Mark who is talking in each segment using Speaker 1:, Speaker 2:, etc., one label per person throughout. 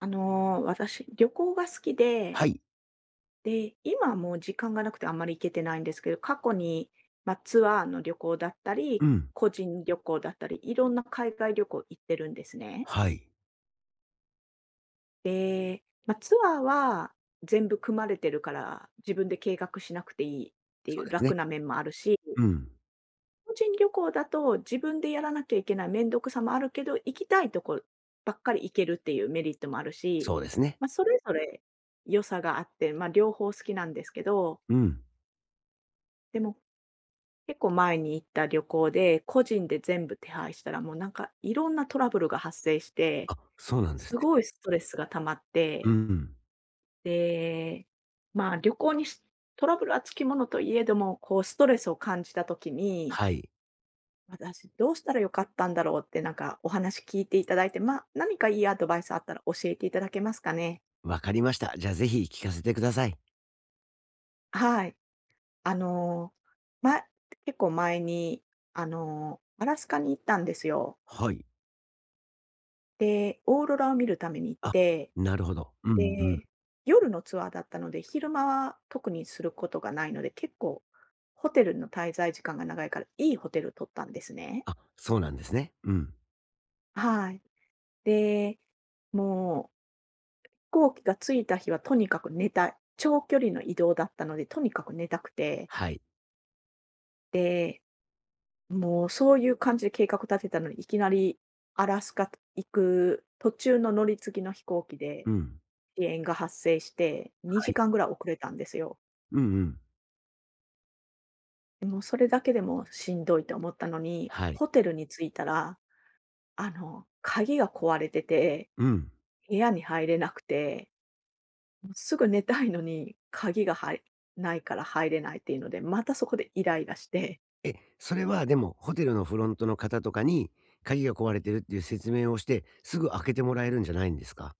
Speaker 1: 私、旅行が好きで、
Speaker 2: はい。
Speaker 1: 今はもう時間がなくてあんまり行けてないんですけど、過去に、ツアーの旅行だったり、
Speaker 2: うん。
Speaker 1: 個人旅行だったり、いろんな海外旅行行ってるんですね。
Speaker 2: はい。
Speaker 1: で、ツアーは全部組まれてるから、自分で計画しなくていいって
Speaker 2: そ
Speaker 1: い
Speaker 2: う
Speaker 1: う
Speaker 2: ですね。
Speaker 1: 楽な面もあるし、
Speaker 2: うん。
Speaker 1: 個人旅行だと、自分でやらなきゃいけないめんどくさもあるけど、行きたいとこばっかり行けるっていうメリットもあるし、
Speaker 2: そうですね。
Speaker 1: それぞれ良さがあって、両方好きなんですけど、
Speaker 2: うん。
Speaker 1: でも結構前に行った旅行で、個人で全部手配したら、もうなんかいろんなトラブルが発生して、
Speaker 2: あ、そうなんで
Speaker 1: す
Speaker 2: すね。
Speaker 1: ごいストレスが溜まっ
Speaker 2: う
Speaker 1: て、
Speaker 2: ん。
Speaker 1: で、旅行にしトラブルはつきものといえども、こうストレスを感じた時に
Speaker 2: はい。
Speaker 1: 私どうしたら良かったんだろうってなんかお話聞いていただいて、ま、何かいいアドバイスあったら教えていただけますかね？
Speaker 2: わかりました。じゃあ、ぜひ聞かせてください。
Speaker 1: はい。あのー、ま結構前に、アラスカに行ったんですよ。
Speaker 2: はい。
Speaker 1: で、オーロラを見るために行っ
Speaker 2: あ、
Speaker 1: て、
Speaker 2: なるほど。うんうん。
Speaker 1: で、夜のツアーだったので、昼間は特にすることがないので、結構ホテルの滞在時間が長いから、いいホテル取ったんですね。
Speaker 2: あ、そうなんですね。うん。
Speaker 1: はい。で、もう行機が着いた日はとにかく寝たい。長距離の移動だったので、とにかく寝たくて。
Speaker 2: はい。
Speaker 1: で、もうそういう感じで計画立てたのに、いきなりアラスカ行く途中の乗り継ぎの飛行機
Speaker 2: う
Speaker 1: で
Speaker 2: ん。
Speaker 1: 遅延が発生して、
Speaker 2: は
Speaker 1: 2
Speaker 2: い。
Speaker 1: 時間ぐらい遅れたんですよ。
Speaker 2: うんうん。
Speaker 1: もうそれだけでもしんどいと思ったのに、
Speaker 2: はい。
Speaker 1: ホテルに着いたら、鍵が壊れてて、
Speaker 2: うん。
Speaker 1: 部屋に入れなくて、すぐ寝たいのに、鍵がはいないから入れないっていうので、またそこでイライラして、
Speaker 2: え、それはでも、ホテルのフロントの方とかに、鍵が壊れてるっていう説明をして、すぐ開けてもらえるんじゃないんですか？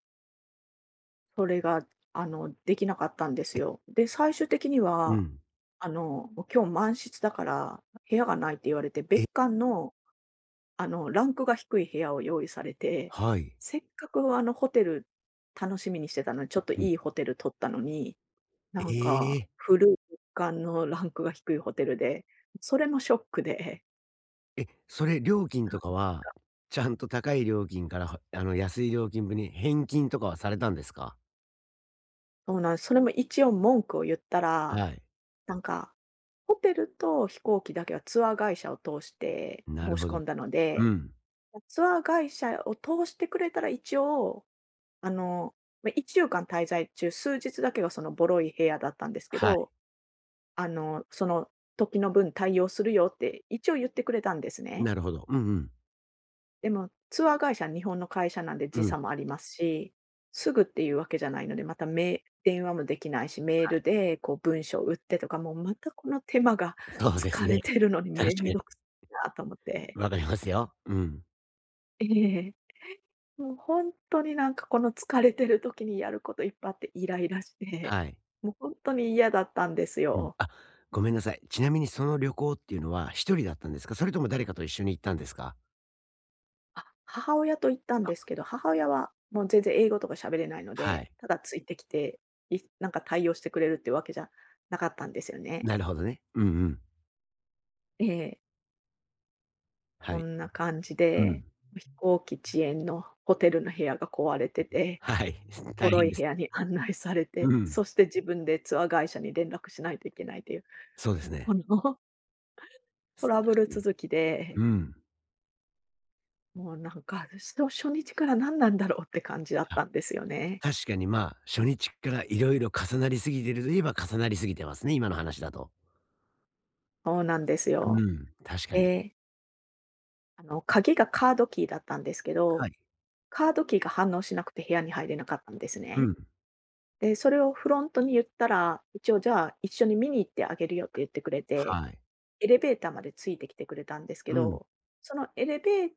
Speaker 1: それが、できなかったんです
Speaker 2: え。
Speaker 1: よ。で、最終的に
Speaker 2: う
Speaker 1: は、
Speaker 2: ん。
Speaker 1: あの、もう今日満室だから部屋がないって言われて、別
Speaker 2: え。
Speaker 1: 館の、ランクが低い部屋を用意されて、
Speaker 2: はい。
Speaker 1: せっかくあのホテル楽しみにしてたのに、ちょっと
Speaker 2: うん。
Speaker 1: いいホテル取ったのに、
Speaker 2: え
Speaker 1: なんか
Speaker 2: え。
Speaker 1: 古い別館のランクが低いホテルで、それもショックで、
Speaker 2: え、それ料金とかは、ちゃんと高い料金から、はあの、安い料金分に返金とかはされたんですか？
Speaker 1: そうなんです。それも一応文句を言ったら
Speaker 2: はい。
Speaker 1: なんか、ホテルと飛行機だけはツアー会社を通して
Speaker 2: な
Speaker 1: 申
Speaker 2: る
Speaker 1: し
Speaker 2: ほど。
Speaker 1: 込んだの
Speaker 2: う
Speaker 1: で、
Speaker 2: ん。
Speaker 1: ツアー会社を通してくれたら一応、あの、ま、1週間滞在中、数日だけがそのボロい部屋だったんですけ
Speaker 2: はい。
Speaker 1: ど、その時の分対応するよって一応言ってくれたんですね。
Speaker 2: なるほど。うんうん。
Speaker 1: でも、ツアー会社、は日本の会社なんで
Speaker 2: う
Speaker 1: 時
Speaker 2: ん。
Speaker 1: 差もありますし、すぐっていうわけじゃないので、また電話もできないし、メー
Speaker 2: は
Speaker 1: ル
Speaker 2: い。
Speaker 1: でこう文章を打ってとか、もうまたこの手間が
Speaker 2: そうです
Speaker 1: 疲れ
Speaker 2: ね。
Speaker 1: てるのにめ
Speaker 2: 確か
Speaker 1: ん
Speaker 2: に。
Speaker 1: どくさいなと思って。
Speaker 2: わかりますよ。うん。
Speaker 1: ええ。もう本当になんかこの疲れてる時にやることいっぱいあってイライラして、
Speaker 2: はい。
Speaker 1: もう本当に嫌だったんです
Speaker 2: うん。
Speaker 1: よ。
Speaker 2: あ、ごめんなさい。ちなみにその旅行っていうのは一人だったんですか？それとも誰かと一緒に行ったんですか？
Speaker 1: あ、母親と行ったんですけど、母親はもう全然英語とか喋れないの
Speaker 2: は
Speaker 1: で、
Speaker 2: い。
Speaker 1: ただついてきて、なんか対応してくれるっていうわけじゃなかったんですよね。
Speaker 2: なるほどね。うんうん。
Speaker 1: ええ、
Speaker 2: は
Speaker 1: こ
Speaker 2: い。
Speaker 1: んな感じ
Speaker 2: う
Speaker 1: で、
Speaker 2: ん。
Speaker 1: 飛行機遅延のホテルの部屋が壊れてて、
Speaker 2: はい。
Speaker 1: ボ
Speaker 2: 大
Speaker 1: ロ
Speaker 2: 変
Speaker 1: い
Speaker 2: で
Speaker 1: 部
Speaker 2: す。
Speaker 1: 屋に案内され
Speaker 2: う
Speaker 1: て、
Speaker 2: ん。
Speaker 1: そして自分でツアー会社に連絡しないといけないという、
Speaker 2: そうです
Speaker 1: もうこ
Speaker 2: ね。
Speaker 1: の ト
Speaker 2: す
Speaker 1: ラブル
Speaker 2: 確かに。
Speaker 1: 続きで、
Speaker 2: うん。
Speaker 1: もうなんか、しの初日から何なんだろうって感じだっ
Speaker 2: はい。
Speaker 1: たんですよね。
Speaker 2: 確かに、まあ、初日からいろいろ重なり過ぎてるといえば重なり過ぎてますね、今の話だと。
Speaker 1: そうなんです
Speaker 2: う
Speaker 1: よ。
Speaker 2: ん、確か
Speaker 1: え
Speaker 2: に。
Speaker 1: え。鍵がカードキーだったんですけ
Speaker 2: は
Speaker 1: ど、
Speaker 2: い。
Speaker 1: カードキーが反応しなくて部屋に入れなかったんです
Speaker 2: う
Speaker 1: ね。
Speaker 2: ん。
Speaker 1: で、それをフロントに言ったら、一応じゃあ一緒に見に行ってあげるよって言ってくれて、
Speaker 2: はい。
Speaker 1: エレベーターまでついてきてくれたんですけ
Speaker 2: うん。
Speaker 1: ど、そのエレベー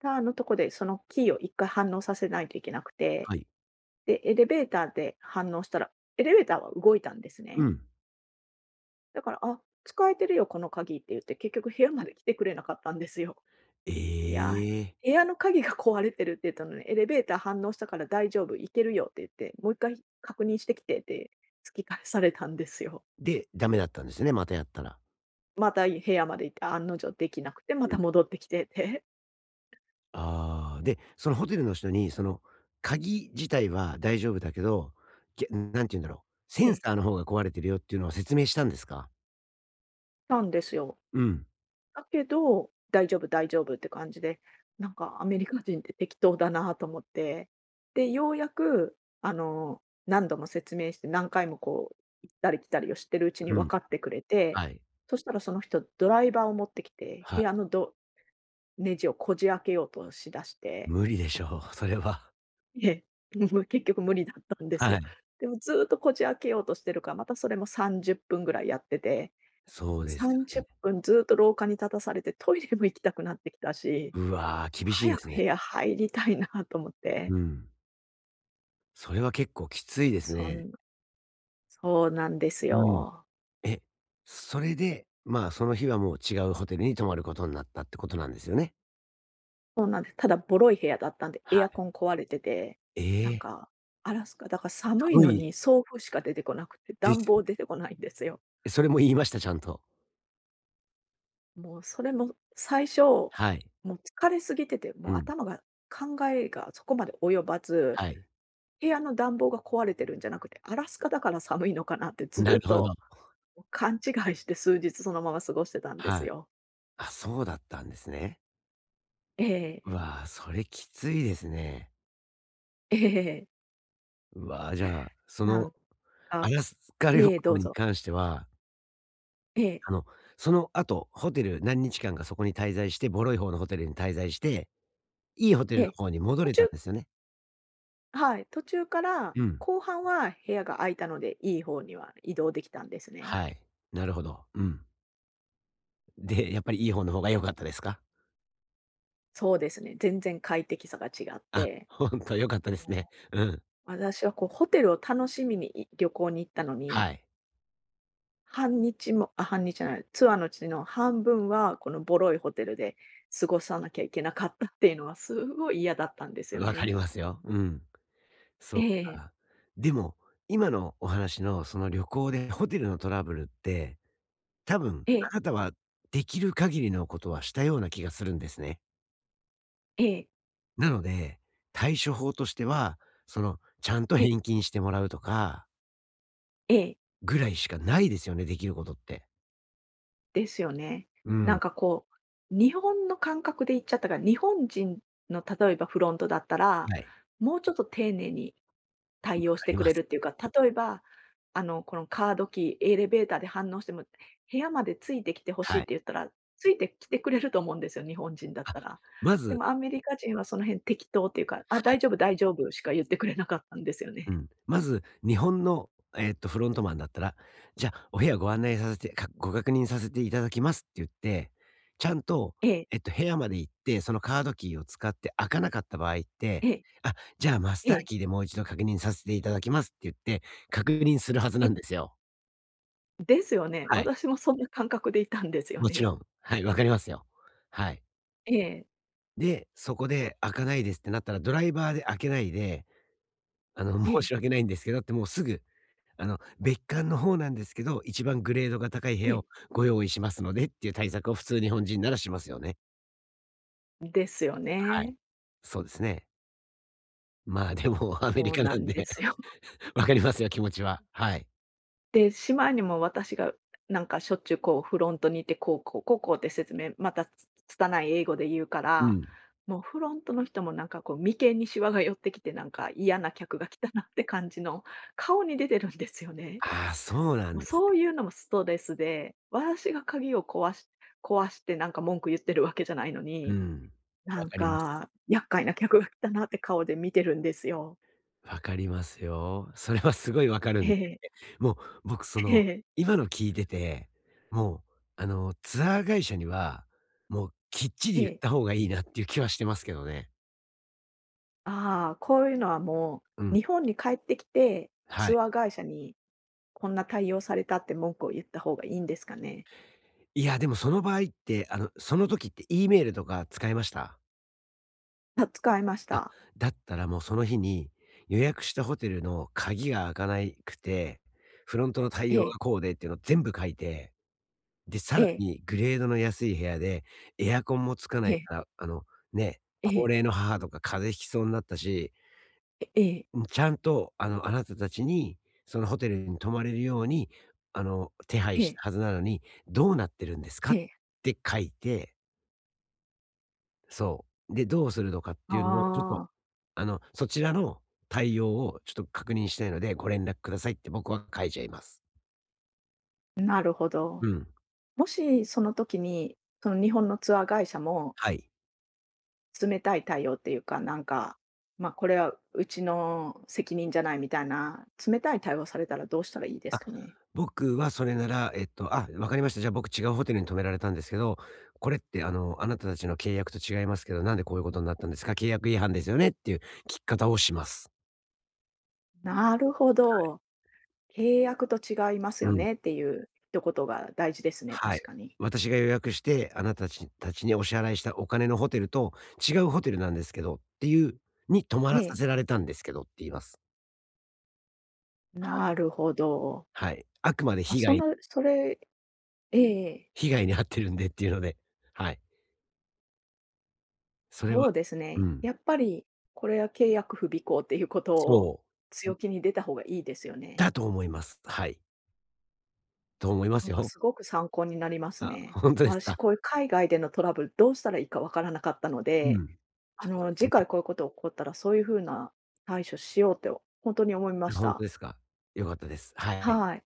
Speaker 1: ターのとこでそのキーを一回反応させないといけなくて、
Speaker 2: はい。
Speaker 1: で、エレベーターで反応したら、エレベーターは動いたんです
Speaker 2: う
Speaker 1: ね。
Speaker 2: ん。
Speaker 1: だから、あ、使えてるよ、この鍵って言って、結局部屋まで来てくれなかったんですよ。
Speaker 2: え
Speaker 1: いや、
Speaker 2: え。
Speaker 1: 部屋の鍵が壊れてるって言ったのに、エレベーター反応したから大丈夫、行けるよって言って、もう一回確認してきてって突き返されたんですよ。
Speaker 2: で、ダメだったんですね、またやったら。
Speaker 1: また部屋まで行って案の定できなくて、ま
Speaker 2: うん。
Speaker 1: た戻ってきてって、
Speaker 2: ああ、で、そのホテルの人に、その、鍵自体は大丈夫だけど、なんて言うんだろう、セ
Speaker 1: え
Speaker 2: ン
Speaker 1: え、
Speaker 2: サーの方が壊れてるよっていうのは説明したんですか？
Speaker 1: たんですよ。
Speaker 2: うん。
Speaker 1: だけど、大丈夫大丈夫って感じで、なんかアメリカ人って適当だなと思って、で、ようやく、何度も説明して、何回もこう、行ったり来たりをしてるうちに
Speaker 2: う
Speaker 1: 分
Speaker 2: ん。
Speaker 1: かってくれて、
Speaker 2: はい。
Speaker 1: そしたらその人、ドライバーを持ってきて、
Speaker 2: は
Speaker 1: 部
Speaker 2: い。
Speaker 1: 屋のドネジをこじ開けようとしだして、
Speaker 2: 無理でしょう、それは。
Speaker 1: ええ、もう結局無理だったんですよ。
Speaker 2: はい。
Speaker 1: でもずーっとこじ開けようとしてるから、またそれも30分ぐらいやってて、
Speaker 2: そ
Speaker 1: も
Speaker 2: う
Speaker 1: う
Speaker 2: ですよ
Speaker 1: 30
Speaker 2: ね。
Speaker 1: 分ずーっと廊下に立たされて、トイレも行きたくなってきたし
Speaker 2: うわ、厳しい
Speaker 1: 早
Speaker 2: です
Speaker 1: く部
Speaker 2: ね。
Speaker 1: 屋入りたいなと思って。
Speaker 2: うん。それは結構きついです
Speaker 1: そ
Speaker 2: ね。
Speaker 1: んそうなんです
Speaker 2: うん。
Speaker 1: よ。
Speaker 2: え、それで、まあ、その日はもう違うホテルに泊まることになったってことなんですよね？
Speaker 1: そうなんです。ただボロい部屋だったんで、
Speaker 2: は
Speaker 1: エアコ
Speaker 2: い。
Speaker 1: ン壊れてて、
Speaker 2: え
Speaker 1: なん
Speaker 2: え、
Speaker 1: か、アラスカだから寒い
Speaker 2: 寒
Speaker 1: の
Speaker 2: い
Speaker 1: に送風しか出てこなくて、
Speaker 2: で
Speaker 1: 暖
Speaker 2: すよ
Speaker 1: 房
Speaker 2: ね。
Speaker 1: 出てこないんですよ。
Speaker 2: え、それも言いました？ちゃんと。
Speaker 1: もうそれも最初、も
Speaker 2: はい。
Speaker 1: う疲れすぎてて、も
Speaker 2: う
Speaker 1: う
Speaker 2: ん。
Speaker 1: 頭が考えがそこまで及ばず、
Speaker 2: はい。
Speaker 1: 部屋の暖房が壊れてるんじゃなくて、アラスカだから寒いのかなってず
Speaker 2: な
Speaker 1: ーっ
Speaker 2: るほど。
Speaker 1: と、勘違いして数日そのまま過ごしてたんです
Speaker 2: はい。
Speaker 1: よ。
Speaker 2: あ、そうだったんですね。
Speaker 1: え
Speaker 2: う
Speaker 1: え。
Speaker 2: わあ、それきついですね。
Speaker 1: ええ。
Speaker 2: うわあ、じゃあ、そ
Speaker 1: な
Speaker 2: の
Speaker 1: ん
Speaker 2: ア
Speaker 1: か、
Speaker 2: ラスカ旅
Speaker 1: ええ、ど
Speaker 2: 行
Speaker 1: う
Speaker 2: に
Speaker 1: ぞ。
Speaker 2: 関しては、
Speaker 1: ええ、
Speaker 2: あの、その後、ホテル何日間かそこに滞在して、ボロい方のホテルに滞在して、いいホテ
Speaker 1: え
Speaker 2: ルの
Speaker 1: え。
Speaker 2: 方に戻
Speaker 1: 途
Speaker 2: れ
Speaker 1: 中
Speaker 2: たんですよね。
Speaker 1: はい、途中から
Speaker 2: うん。
Speaker 1: 後半は部屋が空いたので、いい方には移動できたんですね。
Speaker 2: はい。なるほど。うん。で、やっぱりいい方の方が良かったですか？
Speaker 1: そうですね、全然快適さが違っ
Speaker 2: あ、
Speaker 1: て。
Speaker 2: ほんと良かったですね。
Speaker 1: も
Speaker 2: うん。
Speaker 1: う、私はこうホテルを楽しみに旅行に行ったのに、
Speaker 2: はい。
Speaker 1: 半日じゃない、ツアーのうちの半分はこのボロいホテルで過ごさなきゃいけなかったっていうのはすごい嫌だったんですよ
Speaker 2: わかり
Speaker 1: ね。
Speaker 2: ますよ。うん。そ
Speaker 1: え
Speaker 2: う
Speaker 1: え、
Speaker 2: か。でも、今のお話のその旅行でホテルのトラブルって、多分
Speaker 1: ええ、
Speaker 2: あなたはできる限りのことはしたような気がするんですね。
Speaker 1: ええ、
Speaker 2: なので、対処法としては、その、ちゃんと
Speaker 1: ええ、
Speaker 2: 返金してもらうとか、
Speaker 1: ええ。
Speaker 2: ぐらいしかないですよね、できることって。
Speaker 1: ですよね。
Speaker 2: う
Speaker 1: なん
Speaker 2: ん。
Speaker 1: かこう、日本の感覚で言っちゃったから、日本人の例えばフロントだったら、
Speaker 2: はい、
Speaker 1: もうちょっと丁寧に対応し
Speaker 2: あ
Speaker 1: て
Speaker 2: り
Speaker 1: く
Speaker 2: ま
Speaker 1: れるっ
Speaker 2: す。
Speaker 1: ていうか、例えば、このカードキー、エレベーターで反応しても、部屋までついてきてほしい
Speaker 2: は
Speaker 1: っ
Speaker 2: い。
Speaker 1: て言ったら、ついてきてくれると思うんですよ、日本人だっ
Speaker 2: あ、
Speaker 1: たら。
Speaker 2: ま
Speaker 1: で
Speaker 2: ず
Speaker 1: もアメリカ人はその辺適当っていうか、あ、
Speaker 2: は
Speaker 1: 大
Speaker 2: い。
Speaker 1: 丈夫、大丈夫しか言ってくれなかったんですよ
Speaker 2: う
Speaker 1: ね。
Speaker 2: ん。まず、日本の、フロントマンだったら、じゃあ、お部屋ご案内させてご確認させていただきますって言って、ちゃんと、
Speaker 1: ええ、
Speaker 2: 部屋まで行って、そのカードキーを使って開かなかった場合って、
Speaker 1: ええ、
Speaker 2: あ、じゃあ、マス
Speaker 1: え
Speaker 2: ター
Speaker 1: え、
Speaker 2: キーでもう一度確認させていただきますって言って、確認するはず
Speaker 1: え。
Speaker 2: なんですよ。
Speaker 1: ですよね。
Speaker 2: はい。
Speaker 1: 私もそんな感覚でいたんですよ
Speaker 2: もち
Speaker 1: ね。
Speaker 2: ろん。はい、わかりますよ。はい。
Speaker 1: ええ。
Speaker 2: で、そこで開かないですってなったら、ドライバーで開けないで、
Speaker 1: え
Speaker 2: 申
Speaker 1: え、
Speaker 2: し訳ないんですけどってもうすぐ、あの、別館の方なんですけど、一番グレードが高い部
Speaker 1: え
Speaker 2: 屋を
Speaker 1: え、
Speaker 2: ご用意しますのでっていう対策を普通日本人ならしますよね。
Speaker 1: ですよ
Speaker 2: はい。
Speaker 1: ね。
Speaker 2: そうですね。まあ、でも アメリ
Speaker 1: そう
Speaker 2: カ
Speaker 1: な
Speaker 2: なん
Speaker 1: んで
Speaker 2: で、
Speaker 1: すよ。
Speaker 2: わかりますよ、気持ちは。はい。
Speaker 1: で、しまいにも私がなんかしょっちゅうこうフロントにいて、こうこう、こうこうって説明、また拙い英語で言うか
Speaker 2: う
Speaker 1: ら、
Speaker 2: ん。
Speaker 1: もうフロントの人もなんかこう眉間にシワが寄ってきて、なんか嫌な客が来たなって感じの顔に出てるんですよね。
Speaker 2: ああ、そうな
Speaker 1: も
Speaker 2: ん
Speaker 1: う
Speaker 2: です
Speaker 1: そうい
Speaker 2: ね。
Speaker 1: うのもストレスで、私が鍵を壊し壊してなんか文句言ってるわけじゃないの
Speaker 2: う
Speaker 1: に、
Speaker 2: ん。わ
Speaker 1: なん
Speaker 2: かります。
Speaker 1: か厄介な客が来たなって顔で見てるんですよ。
Speaker 2: わかりますよ。それはすごいわかる
Speaker 1: え
Speaker 2: ん
Speaker 1: え、
Speaker 2: もう、僕そ
Speaker 1: え
Speaker 2: の、
Speaker 1: え。
Speaker 2: 今の聞いてて、もう、あの、ツアー会社には、もうきっち
Speaker 1: え
Speaker 2: り言っ
Speaker 1: え。
Speaker 2: た方がいいなっていう気はしてますけどね。
Speaker 1: ああ、こういうのはも
Speaker 2: う
Speaker 1: う、
Speaker 2: ん。
Speaker 1: 日本に帰ってきて、
Speaker 2: は
Speaker 1: ツ
Speaker 2: い。
Speaker 1: アー会社にこんな対応されたって文句を言った方がいいんですかね？
Speaker 2: いや、でもその場合って、あの、その時って E メールとか使いました？
Speaker 1: あ、使いました。
Speaker 2: だったらもうその日に、予約したホテルの鍵が開かないくて、フロントの
Speaker 1: え
Speaker 2: 対応が
Speaker 1: え、
Speaker 2: こうでっていうのを全部書いて、で、さ
Speaker 1: え
Speaker 2: ら
Speaker 1: え、
Speaker 2: にグレードの安い部屋で、エアコンもつかな
Speaker 1: え
Speaker 2: い
Speaker 1: え、
Speaker 2: から、あの、ね、
Speaker 1: え
Speaker 2: 高
Speaker 1: え、
Speaker 2: 齢の母とか風邪ひきそうになったし、
Speaker 1: ええ、
Speaker 2: うん、ちゃんと、あの、あなたたちに、そのホテルに泊まれるように、あの、手配
Speaker 1: え
Speaker 2: した
Speaker 1: え、
Speaker 2: はずなのに、どうなってるんですか
Speaker 1: え
Speaker 2: っ
Speaker 1: え。
Speaker 2: て書いて、そう。で、どうするのかっていうのを、ちょっと、
Speaker 1: あ
Speaker 2: あの、そちらの対応をちょっと確認したいので、ご連絡くださいって僕は書いちゃいます。
Speaker 1: あ、なるほど。
Speaker 2: うん。
Speaker 1: もしその時に、その日本のツアー会社も
Speaker 2: はい。
Speaker 1: 冷たい対応っていうか、なんか、ま、これはうちの責任じゃないみたいな、冷たい対応されたらどうしたらいいです
Speaker 2: あ、
Speaker 1: かね？
Speaker 2: 僕はそれなら、あ、わかりました。じゃあ僕違うホテルに泊められたんですけど、これって、あの、あなたたちの契約と違いますけど、なんでこういうことになったんですか契約違反ですよねっていう聞き方をします。
Speaker 1: なるほど。契約と違います
Speaker 2: う
Speaker 1: よ
Speaker 2: ん。
Speaker 1: ねっていう一言が大事ですね、
Speaker 2: はい。
Speaker 1: 確かに。
Speaker 2: 私が予約して、あなたたちにお支払いしたお金のホテルと、違うホテルなんですけどっていうに泊ま
Speaker 1: え
Speaker 2: らさ
Speaker 1: え。
Speaker 2: せられたんですけどって言います。はい。
Speaker 1: なるほど。
Speaker 2: はい。あくまで
Speaker 1: あ、
Speaker 2: 被
Speaker 1: そ
Speaker 2: 害
Speaker 1: の、それええ、
Speaker 2: 被害に遭ってるんでっていうので、はい。それは
Speaker 1: そうです
Speaker 2: う
Speaker 1: ね。
Speaker 2: ん。
Speaker 1: やっぱりこれは契約不備行っていうことを
Speaker 2: そう。
Speaker 1: 強気に出た方がいいですよね。
Speaker 2: だと思います。はい。と思いま
Speaker 1: なん
Speaker 2: す
Speaker 1: か
Speaker 2: よ。
Speaker 1: すごく参考になります
Speaker 2: あ、
Speaker 1: ね。
Speaker 2: ほんとです
Speaker 1: 私
Speaker 2: か？
Speaker 1: こういう海外でのトラブルどうしたらいいかわからなかったの
Speaker 2: う
Speaker 1: で、
Speaker 2: ん。そう
Speaker 1: 次
Speaker 2: ですね。
Speaker 1: 回こういうこと起こったらそういう風な対処しようって本当に思いまし
Speaker 2: ほんと
Speaker 1: た。
Speaker 2: ですか？良かったです。はい。
Speaker 1: はい。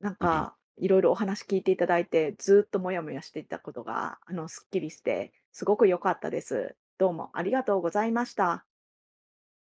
Speaker 1: なん
Speaker 2: いえいえ。
Speaker 1: か、いろいろお話聞いていただいて、ずっともやもやしていたことが、すっきりして、すごく良かったです。どうもありがとうございました。